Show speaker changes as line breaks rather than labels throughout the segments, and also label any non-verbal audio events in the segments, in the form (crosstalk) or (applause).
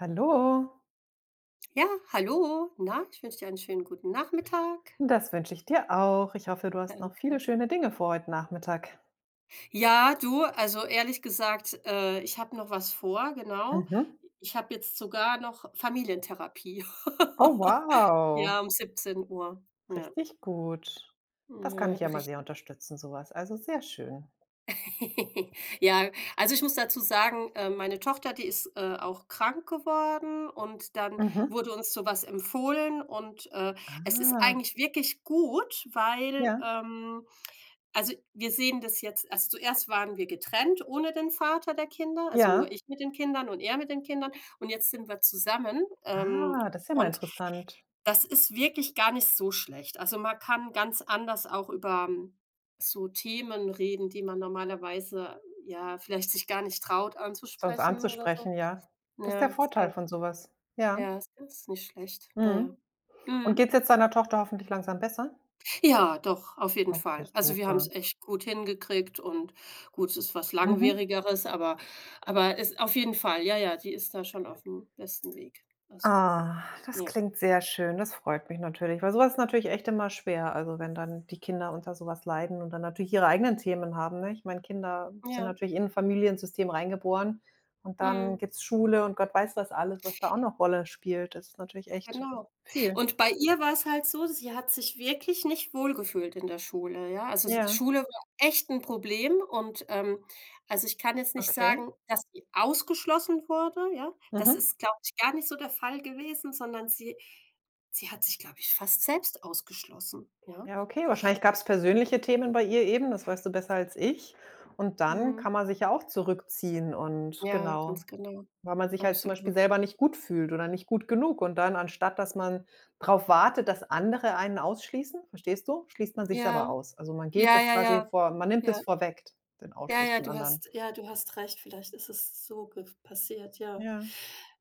Hallo,
Ja, hallo. Na, ich wünsche dir einen schönen guten Nachmittag.
das wünsche ich dir auch. Ich hoffe, du hast noch viele
Danke.
schöne Dinge vor heute Nachmittag.
Ja, du, also ehrlich gesagt, ich habe noch was vor, genau.
Mhm.
Ich habe jetzt sogar noch Familientherapie.
Oh
(laughs)
wow,
Ja, um 17:00. Ja.
richtig gut. Das kann
Ja,
ich ja mal sehr
richtig.
unterstützen, sowas, also sehr schön.
(laughs) Ja, also ich muss dazu sagen, meine Tochter, die ist, auch krank geworden und dann
Mhm.
wurde uns so was empfohlen und, es ist
Ah,
eigentlich wirklich gut, weil,
ja,
also wir sehen das jetzt, also zuerst waren wir getrennt, ohne den Vater der Kinder, also nur
ja.
ich mit den Kindern und er mit den Kindern, und jetzt sind wir zusammen,
Ah, das ist ja mal
und
interessant,
das ist wirklich gar nicht so schlecht. Also, man kann ganz anders auch über so Themen reden, die man normalerweise, ja, vielleicht sich gar nicht traut
sonst
anzusprechen oder so.
anzusprechen, ja. Das ist der
Ja, ist
Vorteil
geil.
von sowas. Ja.
Ja, ist nicht schlecht. Naja,
Mhm.
ja.
Und
Mhm.
geht es jetzt deiner Tochter hoffentlich langsam besser?
Ja, doch, auf jeden
Okay,
Fall. Also, wir haben
super.
es echt gut hingekriegt und gut, es ist was
Mhm.
Langwierigeres, aber es auf jeden Fall, ja, ja, die ist da schon auf dem besten Weg. Also,
Ah, das
ja.
klingt sehr schön. Das freut mich natürlich, weil sowas ist natürlich echt immer schwer. Also, wenn dann die Kinder unter sowas leiden und dann natürlich ihre eigenen Themen haben, ne? Ich meine, Kinder sind
Ja,
natürlich in 'n Familiensystem reingeboren und dann
mhm.
gibt's Schule und Gott weiß was alles, was da auch noch Rolle spielt. Das ist natürlich echt
Genau.
viel.
Und bei ihr war es halt so, sie hat sich wirklich nicht wohlgefühlt in der Schule, ja? Also, sie
Ja,
Schule war echt 'n Problem und, also, ich kann jetzt nicht
okay.
sagen, dass sie ausgeschlossen wurde, ja? Das
Mhm.
ist, glaube ich, gar nicht so der Fall gewesen, sondern sie hat sich, glaube ich, fast selbst ausgeschlossen, ja?
Ja, okay, wahrscheinlich gab's persönliche Themen bei ihr eben, das weißt du besser als ich. Und dann
Mhm.
kann man sich ja auch zurückziehen und
Ja, ganz
genau,
genau,
weil man sich halt zum Beispiel
absolut.
selber nicht gut fühlt oder nicht gut genug. Und dann, anstatt dass man darauf wartet, dass andere einen ausschließen, verstehst du? Schließt man sich selber
Ja,
aus. Also, man geht
ja,
das
ja,
quasi
ja,
vor, man nimmt es
ja.
vorweg, den
Ja,
Ausschluss von anderen.
ja, du hast recht, vielleicht ist es so gef passiert, ja.
Ja.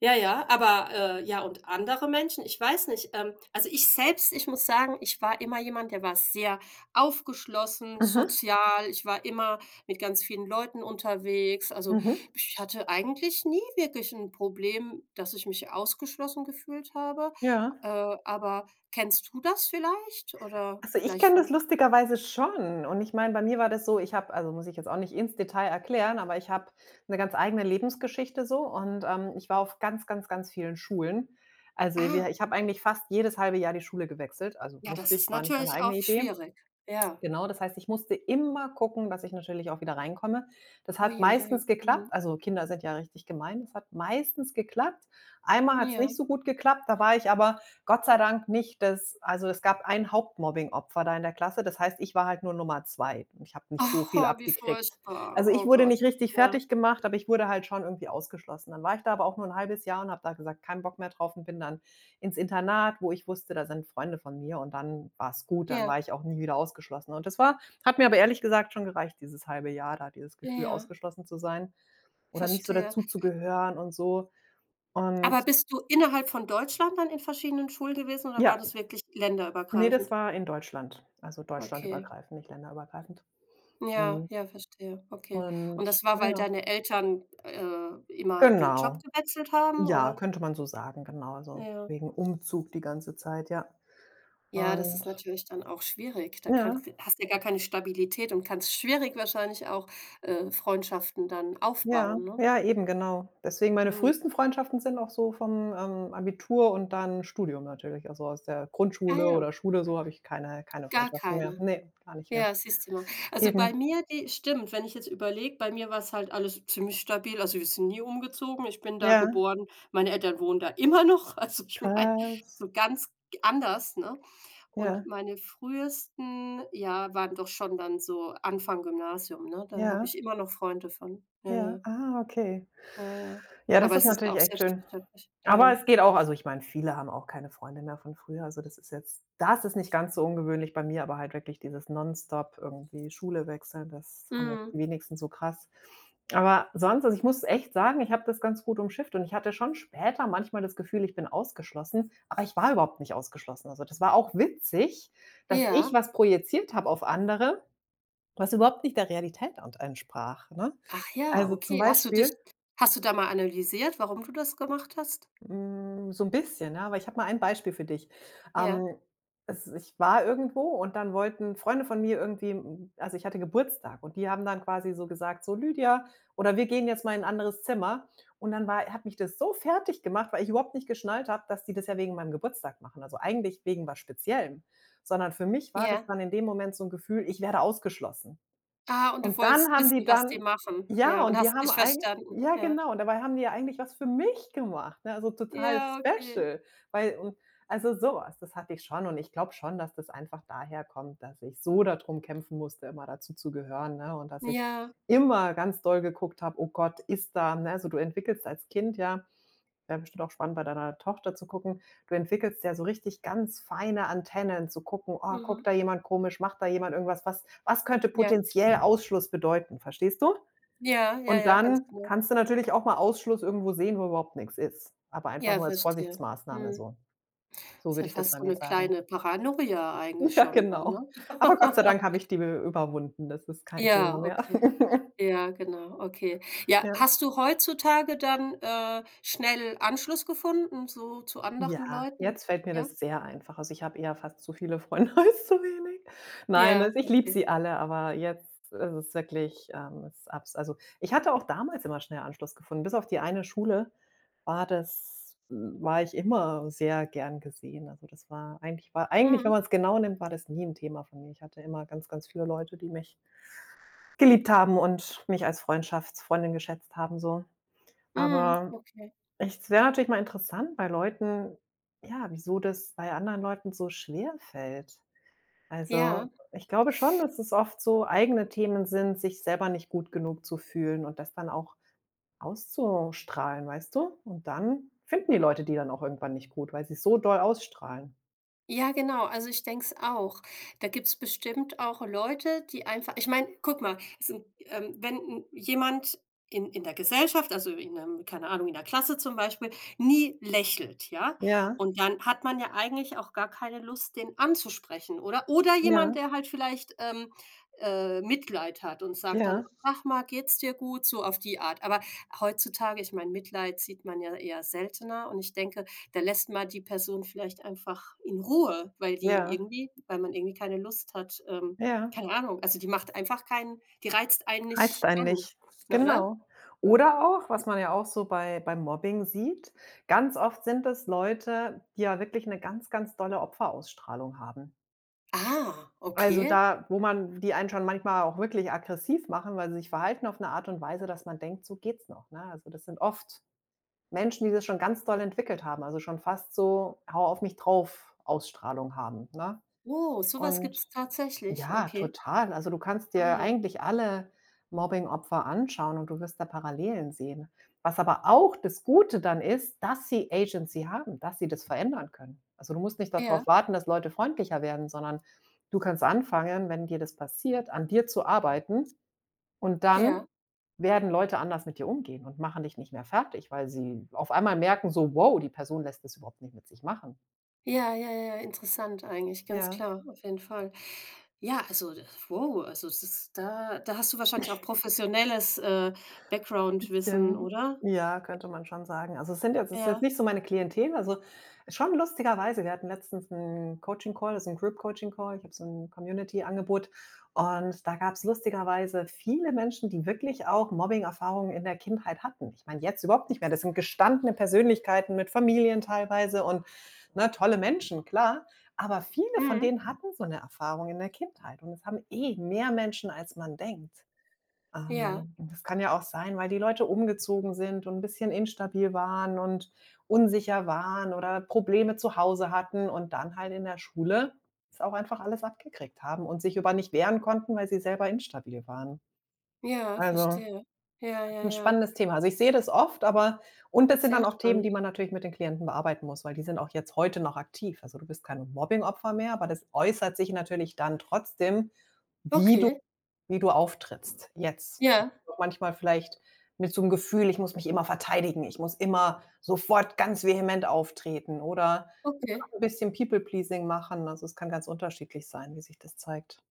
Ja, ja, aber, ja, und andere Menschen, ich weiß nicht, also, ich selbst, ich muss sagen, ich war immer jemand, der war sehr aufgeschlossen,
Mhm,
sozial. Ich war immer mit ganz vielen Leuten unterwegs. Also,
mhm.
ich hatte eigentlich nie wirklich ein Problem, dass ich mich ausgeschlossen gefühlt habe.
Ja.
Äh, aber kennst du das vielleicht? Oder
Also, ich
vielleicht
kenne das
von
lustigerweise schon und ich meine, bei mir war das so, ich habe, also, muss ich jetzt auch nicht ins Detail erklären, aber ich habe eine ganz eigene Lebensgeschichte so und, ich war auf ganz, ganz, ganz vielen Schulen. Also, wir
ah,
ich habe eigentlich fast jedes halbe Jahr die Schule gewechselt, also
ja,
musste
das ist
ich, war nicht meine
natürlich auch
eigene Idee.
schwierig. Ja.
Genau, das heißt, ich musste immer gucken, dass ich natürlich auch wieder reinkomme. Das hat
Ui, ui, ui.
meistens geklappt.
Mhm.
Also, Kinder sind ja richtig gemein. Das hat meistens geklappt. Einmal hat es
Ja.
nicht so gut geklappt, da war ich aber Gott sei Dank nicht das also, es gab ein Hauptmobbing-Opfer da in der Klasse. Das heißt, ich war halt nur Nummer 2. Ich habe nicht so
(laughs)
viel
Oh, wie
abgekriegt.
furchtbar.
Also, ich
Oh
wurde
Gott.
nicht richtig
Ja.
fertig gemacht, aber ich wurde halt schon irgendwie ausgeschlossen. Dann war ich da aber auch nur ein halbes Jahr und habe da gesagt: „Keinen Bock mehr drauf" und bin dann ins Internat, wo ich wusste, da sind Freunde von mir, und dann war es gut, dann
Ja,
war ich auch nie wieder ausgeschlossen. Und das war hat mir aber ehrlich gesagt schon gereicht, dieses halbe Jahr da, dieses Gefühl,
ja,
ausgeschlossen zu sein oder nicht so
verstehe.
dazu zu gehören und so. Und
Aber bist du innerhalb von Deutschland dann in verschiedenen Schulen gewesen oder war
ja,
das wirklich
ne, das
länderübergreifend?
war in Deutschland, also
Okay.
deutschlandübergreifend, nicht länderübergreifend.
Ja,
Mhm.
ja, verstehe. Okay. Und
Und
das war, weil
ja,
deine Eltern, immer den Job
genau.
gewechselt haben,
Ja,
oder?
könnte man so sagen, genau, also
Ja.
wegen Umzug die ganze Zeit, ja.
Ja, das ist
Und
natürlich dann auch schwierig. Da
ja.
kannst du hast ja gar keine Stabilität und kannst schwierig wahrscheinlich auch, Freundschaften dann
Ja,
aufbauen, ne?
ja, eben, genau. Deswegen meine
Mhm.
frühesten Freundschaften sind auch so vom, Abitur und dann Studium natürlich. Also, aus der
Ah
Grundschule
ja.
oder Schule, so habe ich keine
Gar
Freundschaften mehr.
keine.
Ne, gar nicht mehr.
Ja, siehst du mal. Also, bei
Eben.
mir die stimmt, wenn ich jetzt überlege, bei mir war's halt alles ziemlich stabil. Also, wir sind nie umgezogen. Ich bin da
Ja,
geboren. Meine Eltern wohnen da immer noch. (laughs) Also, ich meine,
krass.
so ganz anders, ne? Und
Ja,
meine frühesten, ja, waren doch schon dann so Anfang Gymnasium, ne? Da habe
ja,
ich immer noch Freunde von. Ja,
ja.
ja,
Ah, okay.
ja, ja.
Ja, das
Aber
ist
es ist ja
natürlich
auch
echt schön.
selbstverständlich.
Aber
Ja.
es geht auch, also, ich meine, viele haben auch keine Freunde mehr von früher. Also, das ist nicht ganz so ungewöhnlich bei mir, aber halt wirklich dieses nonstop irgendwie Schule wechseln, das haben jetzt
Mhm.
die wenigsten so krass. Aber sonst, also, ich muss echt sagen, ich habe das ganz gut umschifft und ich hatte schon später manchmal das Gefühl, ich bin ausgeschlossen, aber ich war überhaupt nicht ausgeschlossen. Also, das war auch witzig, dass ich
Ja.
was projiziert habe auf andere, was überhaupt nicht der Realität ant entsprach, ne?
Ach ja,
Also,
okay. Hast du dich hast du da mal analysiert, warum du das gemacht hast?
So ein bisschen, ne? Aber ich habe mal ein Beispiel für dich.
Ja,
Ähm, es ich war irgendwo und dann wollten Freunde von mir irgendwie also, ich hatte Geburtstag und die haben dann quasi so gesagt: „So, Lydia oder wir gehen jetzt mal in 'n anderes Zimmer." Und dann war hat mich das so fertig gemacht, weil ich überhaupt nicht geschnallt habe, dass die das ja wegen meinem Geburtstag machen, also, eigentlich wegen was Speziellem. Sondern für mich war das
ja.
dann in dem Moment so ein Gefühl, ich werde ausgeschlossen.
Ah, und du
Und
wolltest
dann haben die
wissen, was die
dann
machen,
ja,
ja, und
und die
hast
haben
nicht
eigen
verstanden,
ja,
ja.
genau, und dabei haben die ja eigentlich was für mich gemacht, ne? Also total
Ja, okay.
special, weil und also so was, das hatte ich schon und ich glaube schon, dass das einfach daher kommt, dass ich so da drum kämpfen musste, immer dazu zu gehören, ne? Und dass ich
Ja,
immer ganz doll geguckt habe: „Oh Gott, ist da", ne? Also, du entwickelst als Kind ja. Wäre bestimmt auch spannend, bei deiner Tochter zu gucken. Du entwickelst ja so richtig ganz feine Antennen zu gucken: „Oh, guckt
mhm,
da jemand komisch, macht da jemand irgendwas? Was könnte
ja,
potenziell Ausschluss bedeuten?" Verstehst du?
ja, ja,
Und
ja, ganz
dann
genau.
kannst du natürlich auch mal Ausschluss irgendwo sehen, wo überhaupt nichts ist, aber einfach
Ja,
nur als
verstehe.
Vorsichtsmaßnahme
Mhm.
so. So
Ist
würde
ja
ich das
fast
bei
so
mir
'ne
sagen. (laughs)
kleine Paranoia eigentlich
Ja,
schon dann, ne?
genau. Aber Gott sei Dank habe
(laughs)
ich die überwunden. Das ist kein
Ja,
Thema mehr.
okay.
(laughs)
Ja, genau, okay. Ja,
Ja.
hast du heutzutage dann, schnell Anschluss gefunden, so zu anderen
Ja,
Leuten?
jetzt fällt mir
Ja?
das sehr einfach. Also, ich habe eher fast zu viele Freunde (laughs) als zu wenig. Nein,
Ja,
also, ich liebe
okay.
sie alle, aber jetzt ist es wirklich, es ist abs also, ich hatte auch damals immer schnell Anschluss gefunden. Bis auf die eine Schule war ich immer sehr gern gesehen. Also, das war eigentlich, wenn
Mhm,
man es genau nimmt, war das nie ein Thema von mir. Ich hatte immer ganz, ganz viele Leute, die mich geliebt haben und mich als Freundschaftsfreundin geschätzt haben so.
mhm,
Aber
okay.
es wäre natürlich mal interessant bei Leuten, ja, wieso das bei anderen Leuten so schwer fällt.
Ja.
Also, ich glaube schon, dass es oft so eigene Themen sind, sich selber nicht gut genug zu fühlen und das dann auch auszustrahlen, weißt du? Und dann finden die Leute die dann auch irgendwann nicht gut, weil sie's so doll ausstrahlen.
Ja, genau. Also, ich denke es auch. Da gibt's bestimmt auch Leute, die einfach ich meine, guck mal, es sind wenn 'n jemand in der Gesellschaft, also, in 'nem keine Ahnung, in der Klasse zum Beispiel, nie lächelt, ja?
Ja,
Und dann hat man ja eigentlich auch gar keine Lust, den anzusprechen, oder? Oder jemand,
ja,
der halt vielleicht, Mitleid hat und sagt dann:
ja,
„Ach mal, geht's dir gut?“ So auf die Art. Aber heutzutage ich meine, Mitleid sieht man ja eher seltener und ich denke, da lässt man die Person vielleicht einfach in Ruhe, weil die
ja,
irgendwie weil man irgendwie keine Lust hat,
ja.
keine Ahnung. Also, die macht einfach keinen die reizt einen
Reizt
nicht
einen
an,
nicht.
ne, oder?
Genau. Oder auch, was man ja auch so beim Mobbing sieht, ganz oft sind es Leute, die ja wirklich eine ganz, ganz dolle Opferausstrahlung haben.
Ah,
Also,
okay.
da wo man die einen schon manchmal auch wirklich aggressiv machen, weil sie sich verhalten auf eine Art und Weise, dass man denkt: „So geht's noch", ne? Also, das sind oft Menschen, die das schon ganz doll entwickelt haben, also schon fast so „Hau auf mich drauf"-Ausstrahlung haben, ne?
Oh, sowas
Und
gibt's tatsächlich.
ja,
Okay.
total. Also, du kannst
Ah
dir
ja.
eigentlich alle Mobbing Opfer anschauen und du wirst da Parallelen sehen. Was aber auch das Gute dann ist, dass sie Agency haben, dass sie das verändern können. Also, du musst nicht
Ja,
darauf warten, dass Leute freundlicher werden, sondern du kannst anfangen, wenn dir das passiert, an dir zu arbeiten, und dann
ja.
werden Leute anders mit dir umgehen und machen dich nicht mehr fertig, weil sie auf einmal merken so: „Wow, die Person lässt das überhaupt nicht mit sich machen."
Ja, ja, ja, ja, interessant eigentlich, ganz
Ja.
klar, auf jeden Fall. Ja, also, d wow, also, das ist- da da hast du wahrscheinlich auch professionelles, Background-Wissen,
Bisschen,
oder?
ja, könnte man schon sagen. Also, es ist jetzt
Ja.
nicht so meine Klientel, also, schon lustigerweise, wir hatten letztens einen Coaching Call, also einen Group Coaching Call. Ich habe so ein Community-Angebot und da gab es lustigerweise viele Menschen, die wirklich auch Mobbing-Erfahrungen in der Kindheit hatten. Ich meine, jetzt überhaupt nicht mehr. Das sind gestandene Persönlichkeiten mit Familien teilweise und, ne, tolle Menschen, klar, aber viele von denen
Mhm.
hatten so eine Erfahrung in der Kindheit und es haben eh mehr Menschen, als man denkt.
Ja.
Und das kann ja auch sein, weil die Leute umgezogen sind und ein bisschen instabil waren und unsicher waren oder Probleme zu Hause hatten und dann halt in der Schule das auch einfach alles abgekriegt haben und sich über nicht wehren konnten, weil sie selber instabil waren.
Ja,
Also,
verstehe. Ja, ja,
ein
ja.
spannendes Thema. Also, ich sehe das oft, und das sind
Sehr
dann auch Themen, die
spannend.
man natürlich mit den Klienten bearbeiten muss, weil die sind auch jetzt heute noch aktiv. Also, du bist kein Mobbingopfer mehr, aber das äußert sich natürlich dann trotzdem, wie
Okay.
wie du auftrittst jetzt zum
Ja,
Beispiel auch manchmal vielleicht mit so einem Gefühl: „Ich muss mich immer verteidigen, ich muss immer sofort ganz vehement auftreten" oder immer
okay.
noch 'n bisschen People Pleasing machen. Also, es kann ganz unterschiedlich sein, wie sich das zeigt.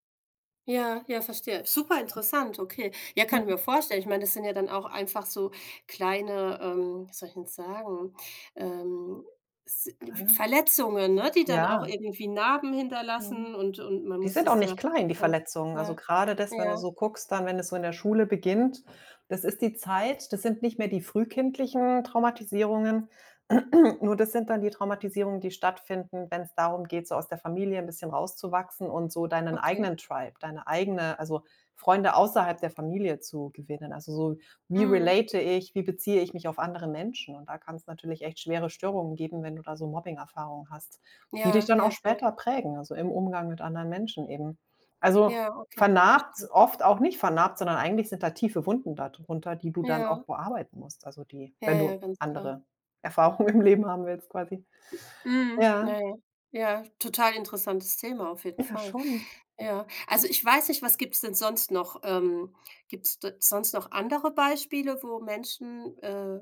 Ja, ja, verstehe. Super interessant, okay. Ja, kann ich
Mhm.
mir vorstellen. Ich meine, das sind ja dann auch einfach so kleine, wie soll ich denn sagen, ähm, s
Kleine
Verletzungen, ne, die dann auch
ja.
irgendwie Narben
Mhm.
hinterlassen und man
Die
muss
sind auch
das ja
nicht klein, die
klar.
Verletzungen. Also,
Ja,
gerade das, wenn du
ja,
so guckst, dann, wenn es so in der Schule beginnt, das sind nicht mehr die frühkindlichen Traumatisierungen, (clears throat) nur das sind dann die Traumatisierungen, die stattfinden, wenn es darum geht, so aus der Familie ein bisschen rauszuwachsen und so deinen
okay.
eigenen Tribe, deine eigene, also, Freunde außerhalb der Familie zu gewinnen. Also, so: Wie
Mhm.
relate ich, wie beziehe ich mich auf andere Menschen? Und da kann es natürlich echt schwere Störungen geben, wenn du da so Mobbing-Erfahrungen hast. Die dich
Ja,
dann auch
ja, klar.
später prägen, also im Umgang mit anderen Menschen eben. Also,
Ja, okay,
vernarbt
verstehe.
oft auch nicht vernarbt, sondern eigentlich sind da tiefe Wunden da drunter, die du dann auch
Ja,
bearbeiten musst, also die
ja,
wenn
ja,
du
ganz klar.
andere Erfahrungen im Leben haben willst quasi.
Mhm,
Ja,
ja, ja. Ja, total interessantes Thema auf jeden
ja
Fall.
schon.
Ja, also ich weiß nicht, was gibt es denn sonst noch? Gibt's d sonst noch andere Beispiele, wo Menschen,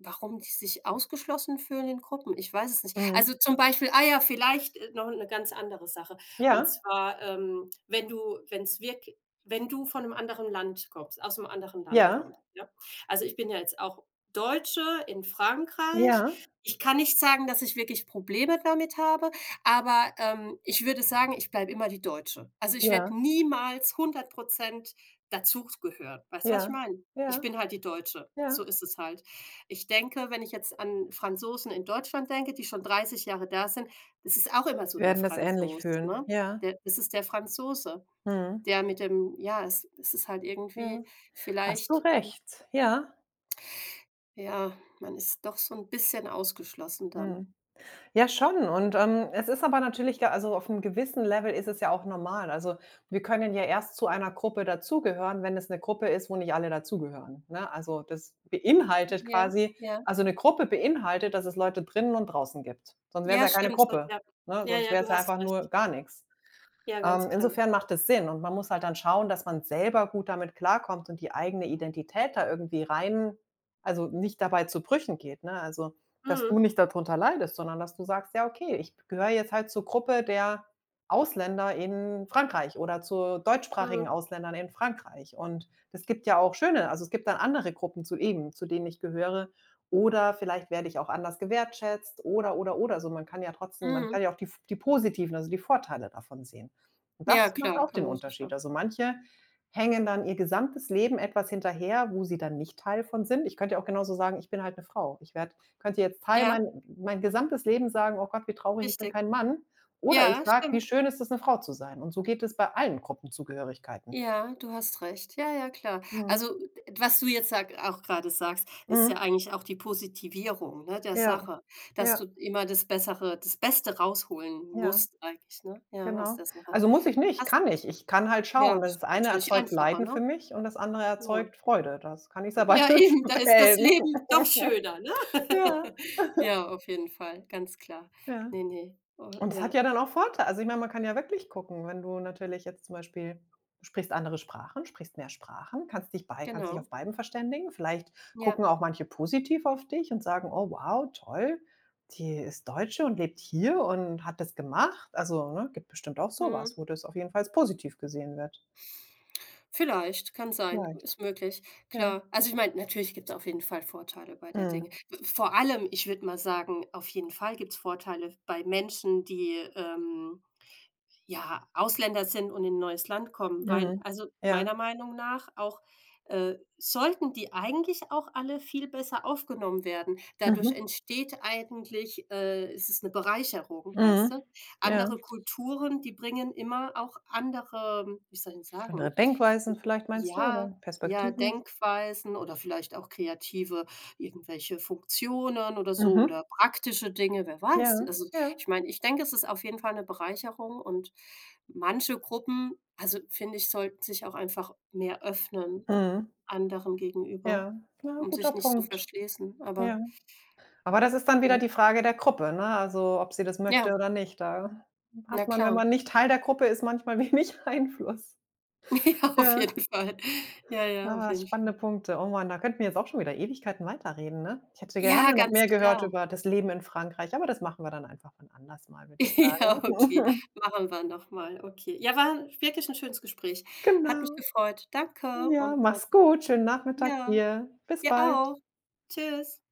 warum die sich ausgeschlossen fühlen in Gruppen? Ich weiß es nicht. Also
Mhm.
zum Beispiel ah ja, vielleicht, noch eine ganz andere Sache. Und
Ja,
zwar, wenn du wenn es wirklich, wenn du von einem anderen Land kommst aus einem anderen Land
ja,
kommst, ja? Also, ich bin ja jetzt auch Deutsche in Frankreich,
ja,
ich kann nicht sagen, dass ich wirklich Probleme damit habe, aber, ich würde sagen, ich bleibe immer die Deutsche. Also, ich werde
ja,
niemals 100% dazugehören. Weißt du, was ich
ja,
meine? Ich
ja,
bin halt die Deutsche.
ja.
So ist es halt. Ich denke, wenn ich jetzt an Franzosen in Deutschland denke, die schon 30 Jahre da sind, das ist auch immer so
Wir
der
werden das ähnlich
Franzos,
fühlen.
ne?
Ja,
Der das ist der Franzose,
mhm,
der mit dem ja, es ist halt
ja.
irgendwie
Hast du
vielleicht,
recht. Ja,
ja, man ist doch so ein bisschen ausgeschlossen dann.
mhm. Ja, schon. Und, es ist aber natürlich ja also auf einem gewissen Level ist es ja auch normal. Also, wir können ja erst zu einer Gruppe dazugehören, wenn es eine Gruppe ist, wo nicht alle dazugehören, ne? Also, das beinhaltet
Ja,
quasi
ja.
also eine Gruppe beinhaltet, dass es Leute drinnen und draußen gibt. Sonst wäre es
Ja,
ja keine
stimmt, so
Gruppe,
ja.
ne?
Ja,
Sonst
ja,
wäre es
du
ja
hast
einfach
recht.
nur gar nichts
Ja,
ähm,
ganz klar.
insofern macht es Sinn und man muss halt dann schauen, dass man selber gut damit klarkommt und die eigene Identität da irgendwie rein also nicht dabei zu Brüchen geht, ne? Also, dass du
Mhm,
nicht darunter leidest, sondern dass du sagst: „Ja, okay, ich gehöre jetzt halt zur Gruppe der Ausländer in Frankreich oder zu
mhm,
deutschsprachigen Ausländern in Frankreich.“ Und es gibt ja auch schöne also, es gibt dann andere Gruppen zu eben, zu denen ich gehöre oder vielleicht werde ich auch anders gewertschätzt oder, oder. Also, man kann ja trotzdem man
mhm.
kann ja auch die positiven, also die Vorteile davon sehen. Und
Ja,
das macht
klar,
auch
kann
den
man natürlich auch
Unterschied. Also, manche hängen dann ihr gesamtes Leben etwas hinterher, wo sie dann nicht Teil von sind. Ich könnte ja auch genauso sagen: „Ich bin halt 'ne Frau.“ Ich werde könnte jetzt Teil
ja,
mein gesamtes Leben sagen: „Oh Gott, wie traurig, ich bin
richtig.
kein Mann.“ Oder ich
Ja,
sage: „Wie
stimmt.
schön ist es, 'ne Frau zu sein.“ Und so geht es bei allen Gruppenzugehörigkeiten.
Ja, du hast recht. Ja, ja, klar.
Mhm.
Also, d was du jetzt sag auch gerade sagst, ist ja
Mhm.
eigentlich auch die Positivierung, ne, der
Ja.
Sache, dass
Ja,
du immer das Bessere das Beste rausholen
ja,
musst eigentlich, ne? Ja, aus
genau.
der Sache.
Also, muss ich nicht,
Hast
kann
recht.
ich. Ich kann halt
Ja,
schauen,
ist
das eine
natürlich
erzeugt
einfacher,
Leiden
ne?
für mich und das andere
Ja.
erzeugt Freude. Das kann ich selber
Ja, eben, da
(unintelligible)
ist das
wählen.
Leben doch
(laughs)
schöner, ne?
Ja.
(laughs) Ja, auf jeden Fall, ganz klar.
Ja.
Ne, ne, oh,
Und es hat
ja,
ja dann auch Vorteile. Also, ich meine, man kann ja wirklich gucken, wenn du natürlich jetzt zum Beispiel du sprichst andere Sprachen, sprichst mehr Sprachen, kannst dich bei kannst dich auf
genau.
beiden verständigen. Vielleicht
Ja,
gucken auch manche positiv auf dich und sagen: „Oh wow, toll, die ist Deutsche und lebt hier und hat das gemacht.“ Also, ne, gibt bestimmt auch so
mhm.
was, wo das auf jeden Fall als positiv gesehen wird.
Vielleicht, kann sein,
Vielleicht,
ist möglich,
ja.
klar. Also, ich meine, natürlich gibt's auf jeden Fall Vorteile bei der
Mhm.
Dinge. Vor allem, ich würde mal sagen, auf jeden Fall gibt's Vorteile bei Menschen, die, ja, Ausländer sind und in 'n neues Land kommen, weil
Mhm.
also, meiner
Ja.
Meinung nach auch sollten die eigentlich auch alle viel besser aufgenommen werden. Dadurch
Mhm.
entsteht eigentlich es ist eine Bereicherung, weißt
Mhm.
du?
Ja.
Andere Kulturen, die bringen immer auch andere, wie soll ich
Andere
sagen
Denkweisen vielleicht meinst du
ja,
oder
ja,
Perspektiven?
Denkweisen oder vielleicht auch kreative irgendwelche Funktionen oder so
Mhm.
oder praktische Dinge, wer weiß.
Ja,
Also,
ja.
ich meine, ich denke, es ist auf jeden Fall eine Bereicherung und manche Gruppen, also, finde ich, sollten sich auch einfach mehr öffnen
Mhm.
anderen gegenüber
Ja, na,
und
guter
sich nicht so
Punkt.
verschließen,
Ja.
aber
Aber das ist dann wieder
ja.
die Frage der Gruppe, ne? Also, ob sie das möchte
Ja,
oder nicht. Da
na
hat man, wenn
klar. (laughs)
man nicht Teil der Gruppe ist, manchmal (laughs) wenig Einfluss.
Ja, auf
Ja,
jeden Fall. Ja, ja, auf
ah,
jeden
spannende
Fall.
Punkte. Oh Mann, da könnten wir jetzt auch schon wieder Ewigkeiten weiterreden, ne? Ich hätte
Ja,
gerne noch
ganz
mehr gehört
klar.
über das Leben in Frankreich, aber das machen wir dann einfach wann anders mal, würde ich
(laughs) Ja, okay,
sagen. (laughs)
machen wir noch mal. Okay. Ja, war wirklich ein schönes Gespräch. Hat mich
Genau.
gefreut. Danke
Ja,
und dann
mach's gut. Schönen Nachmittag
ja,
dir. Bis
dir
bald.
auch. Tschüss.